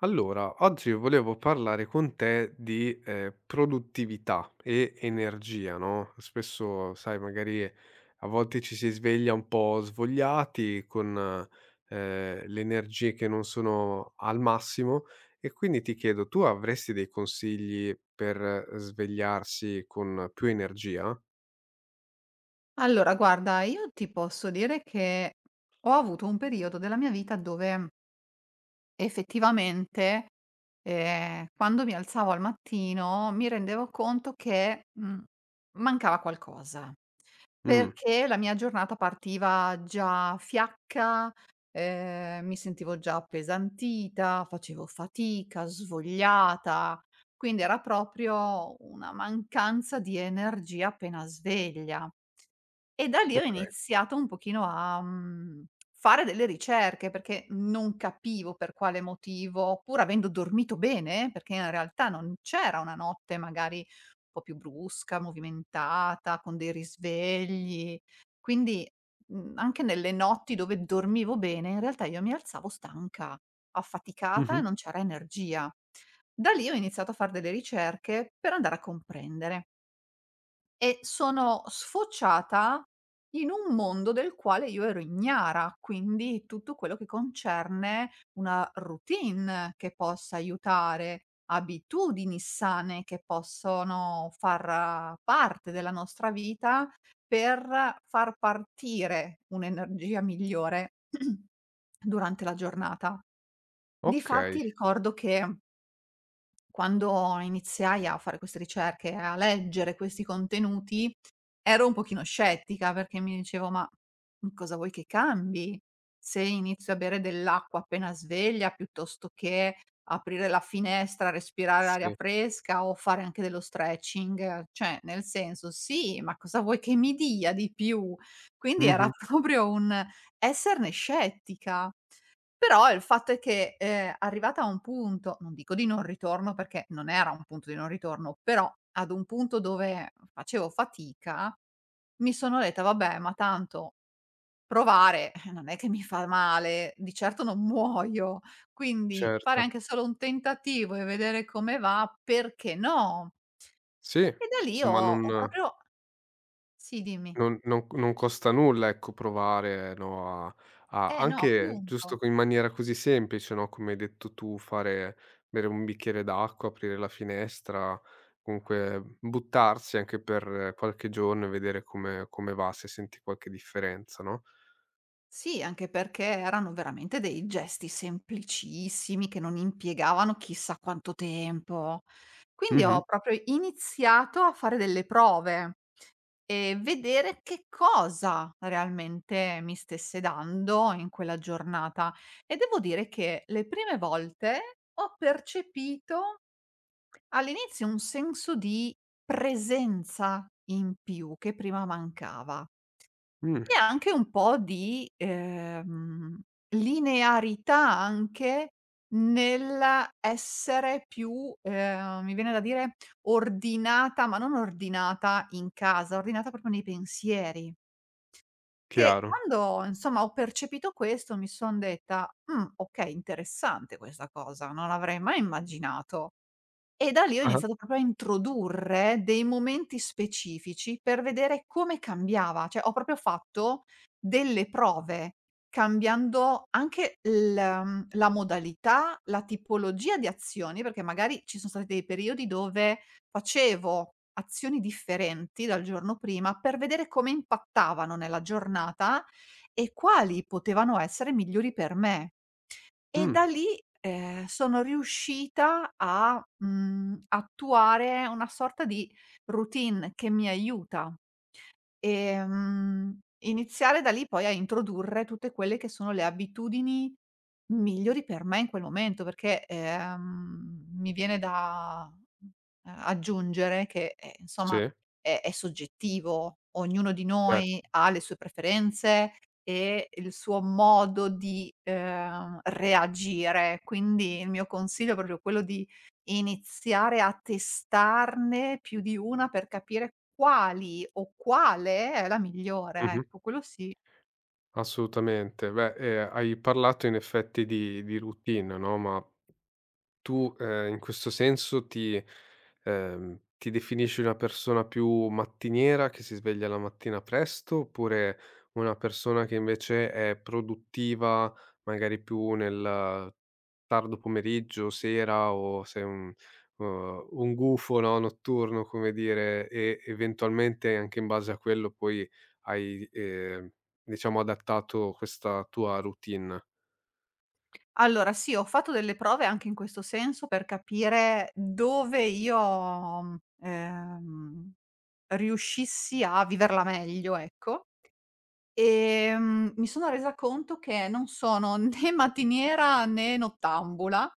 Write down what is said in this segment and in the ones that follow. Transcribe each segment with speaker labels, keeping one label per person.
Speaker 1: Allora, oggi volevo parlare con te di, produttività e energia, no, spesso sai magari a volte ci si sveglia un po' svogliati con, le energie che non sono al massimo, e quindi ti chiedo: tu avresti dei consigli per svegliarsi con più energia?
Speaker 2: Allora guarda, io ti posso dire che ho avuto un periodo della mia vita dove effettivamente, quando mi alzavo al mattino mi rendevo conto che, mancava qualcosa,
Speaker 1: Mh,
Speaker 2: perché la mia giornata partiva già fiacca, mi sentivo già appesantita, facevo fatica, svogliata, quindi era proprio una mancanza di energia appena sveglia. E da lì ho
Speaker 1: okay.
Speaker 2: iniziato un pochino a, fare delle ricerche, perché non capivo per quale motivo, pur avendo dormito bene, perché in realtà non c'era una notte magari un po' più brusca, movimentata, con dei risvegli. Quindi, anche nelle notti dove dormivo bene, in realtà io mi alzavo stanca, affaticata e
Speaker 1: Mh-mh.
Speaker 2: non c'era energia. Da lì ho iniziato a far delle ricerche per andare a comprendere. E sono sfociata in un mondo del quale io ero ignara, quindi tutto quello che concerne una routine che possa aiutare, abitudini sane che possono far parte della nostra vita per far partire un'energia migliore durante la giornata.
Speaker 1: Okay,
Speaker 2: Difatti ricordo che quando iniziai a fare queste ricerche e a leggere questi contenuti, ero un pochino scettica perché mi dicevo: "Ma, cosa vuoi che cambi? Se inizio a bere dell'acqua appena sveglia, piuttosto che aprire la finestra, respirare aria
Speaker 1: sì.
Speaker 2: fresca o fare anche dello stretching, cioè nel senso sì, ma cosa vuoi che mi dia di più?" Quindi era
Speaker 1: Mh-mh,
Speaker 2: proprio un esserne scettica. Però il fatto è che, arrivata a un punto, non dico di non ritorno perché non era un punto di non ritorno, però ad un punto dove facevo fatica, mi sono detta: "Vabbè, ma tanto provare, non è che mi fa male, di certo non muoio, quindi fare
Speaker 1: certo.
Speaker 2: anche solo un tentativo e vedere come va, perché no?"
Speaker 1: Sì,
Speaker 2: E da lì ho
Speaker 1: insomma, non
Speaker 2: ho proprio sì, dimmi.
Speaker 1: Non non non costa nulla, ecco, provare, no, a
Speaker 2: Eh no,
Speaker 1: anche giusto
Speaker 2: appunto.
Speaker 1: co in maniera così semplice, no, come hai detto tu, fare bere un bicchiere d'acqua, aprire la finestra, comunque buttarsi anche per qualche giorno e vedere come va, se senti qualche differenza, no?
Speaker 2: Sì, anche perché erano veramente dei gesti semplicissimi che non impiegavano chissà quanto tempo. Quindi
Speaker 1: Mh-mh,
Speaker 2: ho proprio iniziato a fare delle prove e vedere che cosa realmente mi stesse dando in quella giornata. E devo dire che le prime volte ho percepito all'inizio un senso di presenza in più che prima mancava.
Speaker 1: mh,
Speaker 2: E anche un po' di, linearità anche nell'essere più, mi viene da dire ordinata, ma non ordinata in casa, ordinata proprio nei pensieri. Che
Speaker 1: chiaro.
Speaker 2: quando insomma ho percepito questo mi son detta: okay, interessante questa cosa, non l'avrei mai immaginato". E da lì ho
Speaker 1: Ah-ah,
Speaker 2: iniziato proprio a introdurre dei momenti specifici per vedere come cambiava, cioè ho proprio fatto delle prove, cambiando anche la modalità, la tipologia di azioni, perché magari ci sono stati dei periodi dove facevo azioni differenti dal giorno prima, per vedere come impattavano nella giornata e quali potevano essere migliori per me. E
Speaker 1: mh,
Speaker 2: da lì, sono riuscita a, attuare una sorta di routine che mi aiuta. Ehm, iniziare da lì poi a introdurre tutte quelle che sono le abitudini migliori per me in quel momento, perché, mi viene da, aggiungere che, insomma
Speaker 1: sì,
Speaker 2: è soggettivo, ognuno di
Speaker 1: certo.
Speaker 2: noi ha le sue preferenze e il suo modo di, reagire. Quindi il mio consiglio è proprio quello di iniziare a testarne più di una per capire quali o quale è la migliore,
Speaker 1: Mh-mh,
Speaker 2: ecco, quello sì.
Speaker 1: assolutamente. Beh, hai parlato in effetti di routine, no, ma tu, in questo senso ti definisci una persona più mattiniera, che si sveglia la mattina presto, oppure una persona che invece è produttiva, magari più nel tardo pomeriggio, sera, o sei un un gufo, no, notturno, come dire, e eventualmente anche in base a quello poi hai, diciamo, adattato questa tua routine.
Speaker 2: Allora sì, ho fatto delle prove anche in questo senso per capire dove io, riuscissi a viverla meglio, ecco. Mi sono resa conto che non sono né mattiniera né nottambula,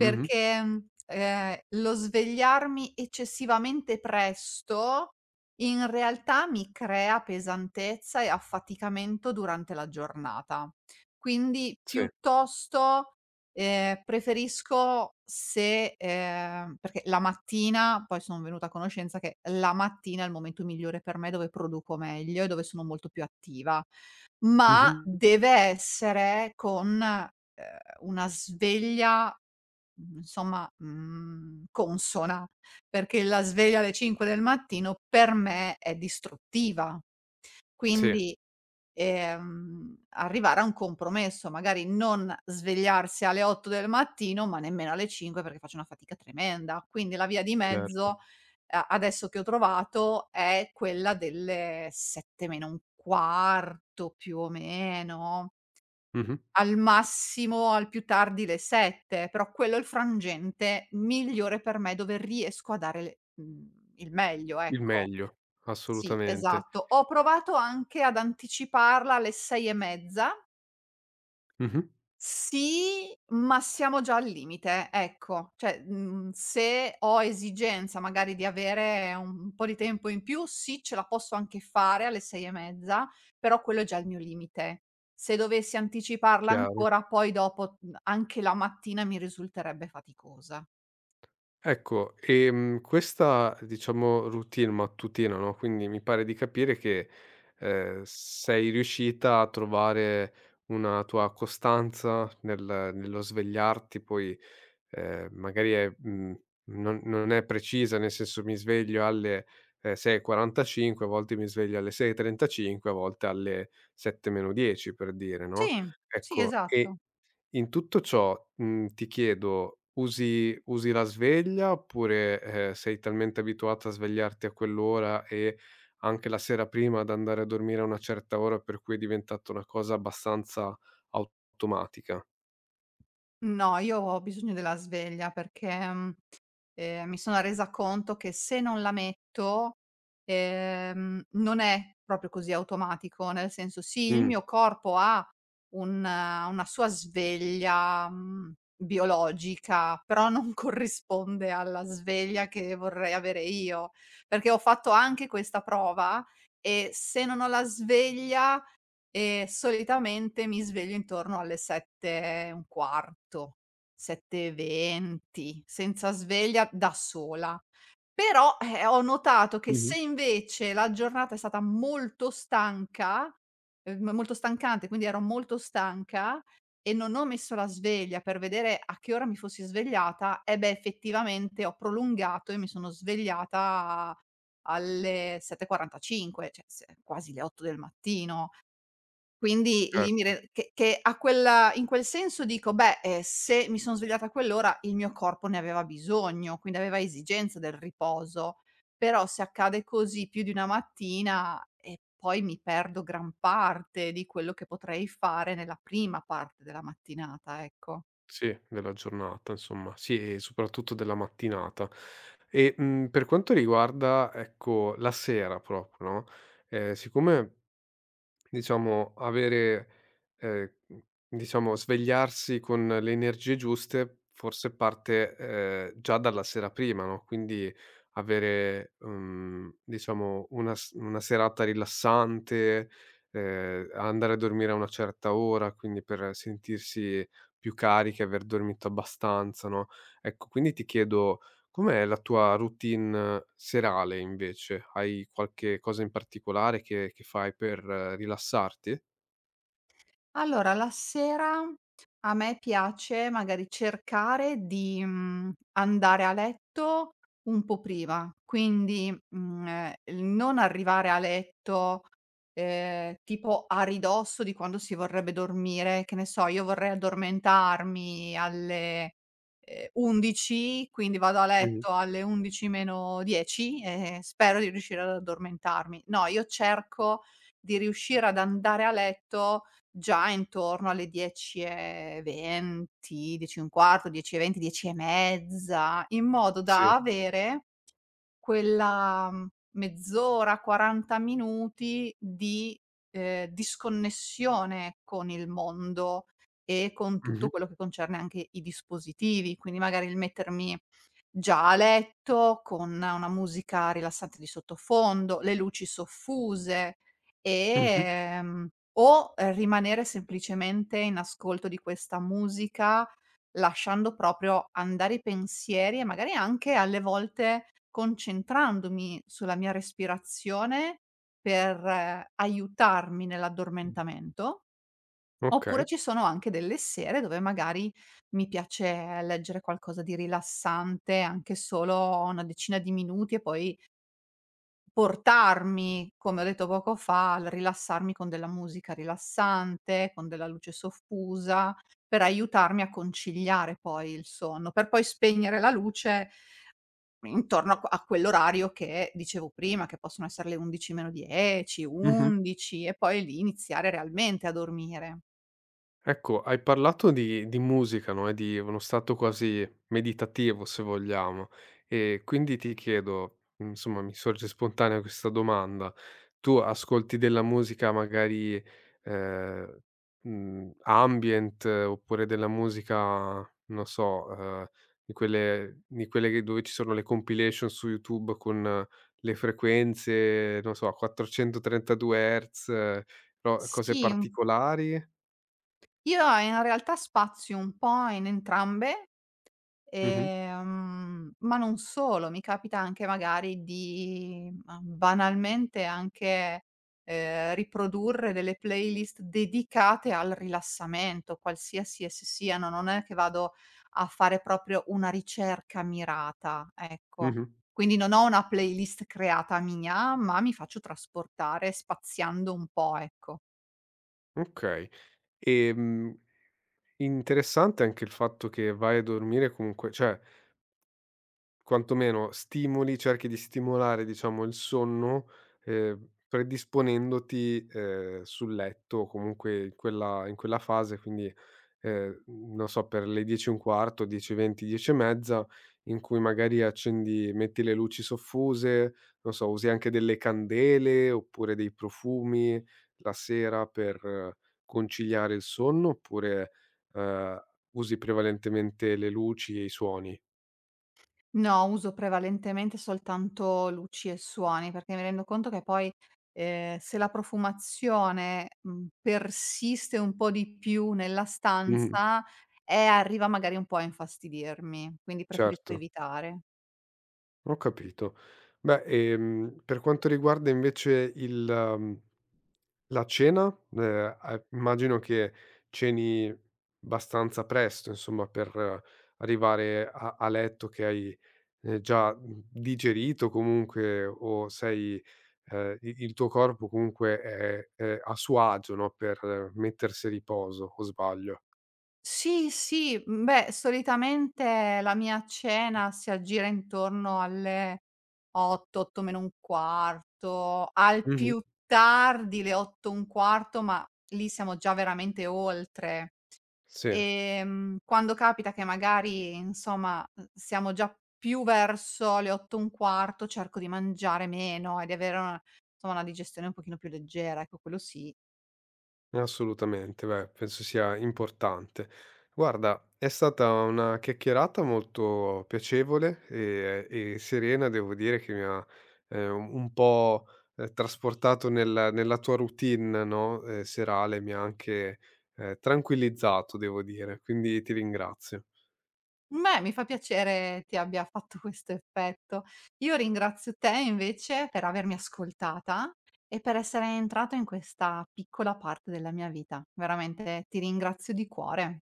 Speaker 1: Mh-mh.
Speaker 2: lo svegliarmi eccessivamente presto, in realtà mi crea pesantezza e affaticamento durante la giornata. Quindi
Speaker 1: Sì.
Speaker 2: piuttosto preferisco se perché la mattina poi sono venuta a conoscenza che la mattina è il momento migliore per me dove produco meglio e dove sono molto più attiva, ma
Speaker 1: Mh-mh.
Speaker 2: deve essere con, una sveglia, insomma, consona, perché la sveglia alle 5 del mattino per me è distruttiva.
Speaker 1: Sì,
Speaker 2: Quindi, arrivare a un compromesso, magari non svegliarsi alle 8 del mattino, ma nemmeno alle 5 perché faccio una fatica tremenda. Quindi la via di
Speaker 1: certo.
Speaker 2: mezzo, a adesso che ho trovato, è quella delle 7 meno un quarto più o meno,
Speaker 1: Mh-mh.
Speaker 2: al massimo, al più tardi le 7, però quello è il frangente migliore per me dove riesco a dare il meglio,
Speaker 1: Il
Speaker 2: ecco.
Speaker 1: meglio,
Speaker 2: Sì,
Speaker 1: assolutamente.
Speaker 2: esatto. Ho provato anche ad anticiparla alle 6 e mezza.
Speaker 1: Mh-mh.
Speaker 2: Sì, ma siamo già al limite, ecco. Cioè, se ho esigenza magari di avere un po' di tempo in più, sì, ce la posso anche fare alle 6 e mezza, però quello è già il mio limite. Se dovessi anticiparla
Speaker 1: Chiaro.
Speaker 2: ancora, poi dopo, anche la mattina mi risulterebbe faticosa.
Speaker 1: Ecco, questa, diciamo, routine mattutina, no, quindi mi pare di capire che, sei riuscita a trovare una tua costanza nello svegliarti poi, magari è, non è precisa, nel senso mi sveglio alle, 6:45, a volte mi sveglio alle 6:35, a volte alle 7 meno 10 per dire, no,
Speaker 2: Sì, sì,
Speaker 1: ecco.
Speaker 2: esatto.
Speaker 1: E in tutto ciò, ti chiedo, usi la sveglia oppure, sei talmente abituata a svegliarti a quell'ora e anche la sera prima ad andare a dormire a una certa ora, per cui è diventata una cosa abbastanza automatica?
Speaker 2: No, io ho bisogno della sveglia perché, mhmm mi sono resa conto che se non la metto, non è proprio così automatico, nel senso sì, il
Speaker 1: Mh.
Speaker 2: mio corpo ha un una sua sveglia, biologica, però non corrisponde alla sveglia che vorrei avere io, perché ho fatto anche questa prova e se non ho la sveglia e solitamente mi sveglio intorno alle 7 e un quarto, 7:20, senza sveglia, da sola. Però, ho notato che
Speaker 1: Mh-mh.
Speaker 2: se invece la giornata è stata molto stanca, m molto stancante, quindi ero molto stanca e non ho messo la sveglia per vedere a che ora mi fossi svegliata, eh beh, effettivamente ho prolungato e mi sono svegliata alle 7:45, cioè se quasi le 8 del mattino. Quindi lì mi
Speaker 1: Certo.
Speaker 2: re che a quella in quel senso dico: "Beh, se mi son svegliata a quell'ora il mio corpo ne aveva bisogno, quindi aveva esigenza del riposo". Però se accade così più di una mattina, poi mi perdo gran parte di quello che potrei fare nella prima parte della mattinata, ecco.
Speaker 1: Sì, della giornata insomma. Sì, e soprattutto della mattinata. E, per quanto riguarda, ecco, la sera proprio, no, siccome, diciamo, avere, ehm, mhmm, diciamo, svegliarsi con le energie giuste forse parte, già dalla sera prima, no, quindi avere, diciamo, una s una serata rilassante, andare a dormire a una certa ora, quindi per sentirsi più cariche, aver dormito abbastanza, no. Ecco, quindi ti chiedo: com'è la tua routine serale invece? Hai qualche cosa in particolare che fai per rilassarti?
Speaker 2: Allora, la sera a me piace magari cercare di, andare a letto un po' prima, quindi, il non arrivare a letto, tipo a ridosso di quando si vorrebbe dormire, che ne so, io vorrei addormentarmi alle, 11, quindi vado a
Speaker 1: Mh-mh.
Speaker 2: letto alle 11 meno 10 e spero di riuscire ad addormentarmi. No, io cerco di riuscire ad andare a letto già intorno alle 10:20, 10:15, 10:20, 10:30, in modo
Speaker 1: Sì.
Speaker 2: da avere quella mezz'ora, 40 minuti di, disconnessione con il mondo e con
Speaker 1: Mh-mh,
Speaker 2: tutto quello che concerne anche i dispositivi. Quindi magari il mettermi già a letto, con una musica rilassante di sottofondo, le luci soffuse,
Speaker 1: mh-mh,
Speaker 2: ehm, o, rimanere semplicemente in ascolto di questa musica, lasciando proprio andare i pensieri e magari anche alle volte concentrandomi sulla mia respirazione per aiutarmi
Speaker 1: mh,
Speaker 2: nell'addormentamento. Oppure
Speaker 1: okay.
Speaker 2: ci sono anche delle sere dove magari mi piace leggere qualcosa di rilassante, anche solo una decina di minuti e poi portarmi, come ho detto poco fa, al rilassarmi con della musica rilassante, con della luce soffusa, per aiutarmi a conciliare poi il sonno, per poi spegnere la luce intorno a quell'orario che dicevo prima, che possono essere le 11 meno 10,
Speaker 1: Mh-mh.
Speaker 2: 11 e poi lì iniziare realmente a dormire.
Speaker 1: Ecco, hai parlato di musica, no, e di uno stato quasi meditativo, se vogliamo. E quindi ti chiedo, insomma, mi sorge spontanea questa domanda: tu ascolti della musica magari, ehm, ambient, oppure della musica, non so, di quelle che dove ci sono le compilation su YouTube con le frequenze, non so, 432 Hz, no, cose
Speaker 2: Sì. un
Speaker 1: particolari?
Speaker 2: Io in realtà spazio un po' in entrambe,
Speaker 1: Mh-mh.
Speaker 2: ma non solo, mi capita anche magari di, ma banalmente anche, riprodurre delle playlist dedicate al rilassamento, qualsiasi esse siano, non è che vado a fare proprio una ricerca mirata, ecco.
Speaker 1: Mh-mh.
Speaker 2: Quindi non ho una playlist creata mia, ma mi faccio trasportare spaziando un po', ecco.
Speaker 1: Okay. Ehm, interessante anche il fatto che vai a dormire comunque, cioè, quantomeno stimoli cerchi di stimolare, diciamo, il sonno, predisponendoti, sul letto o comunque in quella fase, quindi, non so, per le 10 e un quarto, 10:20, 10 e mezza, in cui magari accendi metti le luci soffuse, non so, usi anche delle candele oppure dei profumi la sera per, conciliare il sonno, oppure, ehm, usi prevalentemente le luci e i suoni?
Speaker 2: No, uso prevalentemente soltanto luci e suoni, perché mi rendo conto che poi, se la profumazione, persiste un po' di più nella
Speaker 1: Mh-mh.
Speaker 2: stanza, arriva magari un po' a infastidirmi, quindi preferisco
Speaker 1: Certo.
Speaker 2: evitare.
Speaker 1: Ho capito. Beh, per quanto riguarda invece mhmm, la cena, a immagino che ceni abbastanza presto, insomma, per, arrivare a letto che hai, già, digerito comunque, o sei i il tuo corpo comunque è a suo agio, no, per, mettersi a riposo, o sbaglio?
Speaker 2: Sì, sì, beh, solitamente la mia cena si aggira intorno alle 8, 8 meno un quarto, al
Speaker 1: Mh-mh.
Speaker 2: più tardi le 8 e un quarto, ma lì siamo già veramente oltre.
Speaker 1: Sì.
Speaker 2: Quando capita che magari, insomma, siamo già più verso le 8 e un quarto, cerco di mangiare meno e di avere una insomma, una digestione un pochino più leggera, ecco quello sì.
Speaker 1: Assolutamente, beh, penso sia importante. Guarda, è stata una chiacchierata molto piacevole e serena. Devo dire che mi ha un po', trasportato nella tua routine, no, serale. Mi ha anche, tranquillizzato, devo dire, quindi ti ringrazio.
Speaker 2: Beh, mi fa piacere ti abbia fatto questo effetto. Io ringrazio te invece per avermi ascoltata e per essere entrato in questa piccola parte della mia vita. Veramente ti ringrazio di cuore.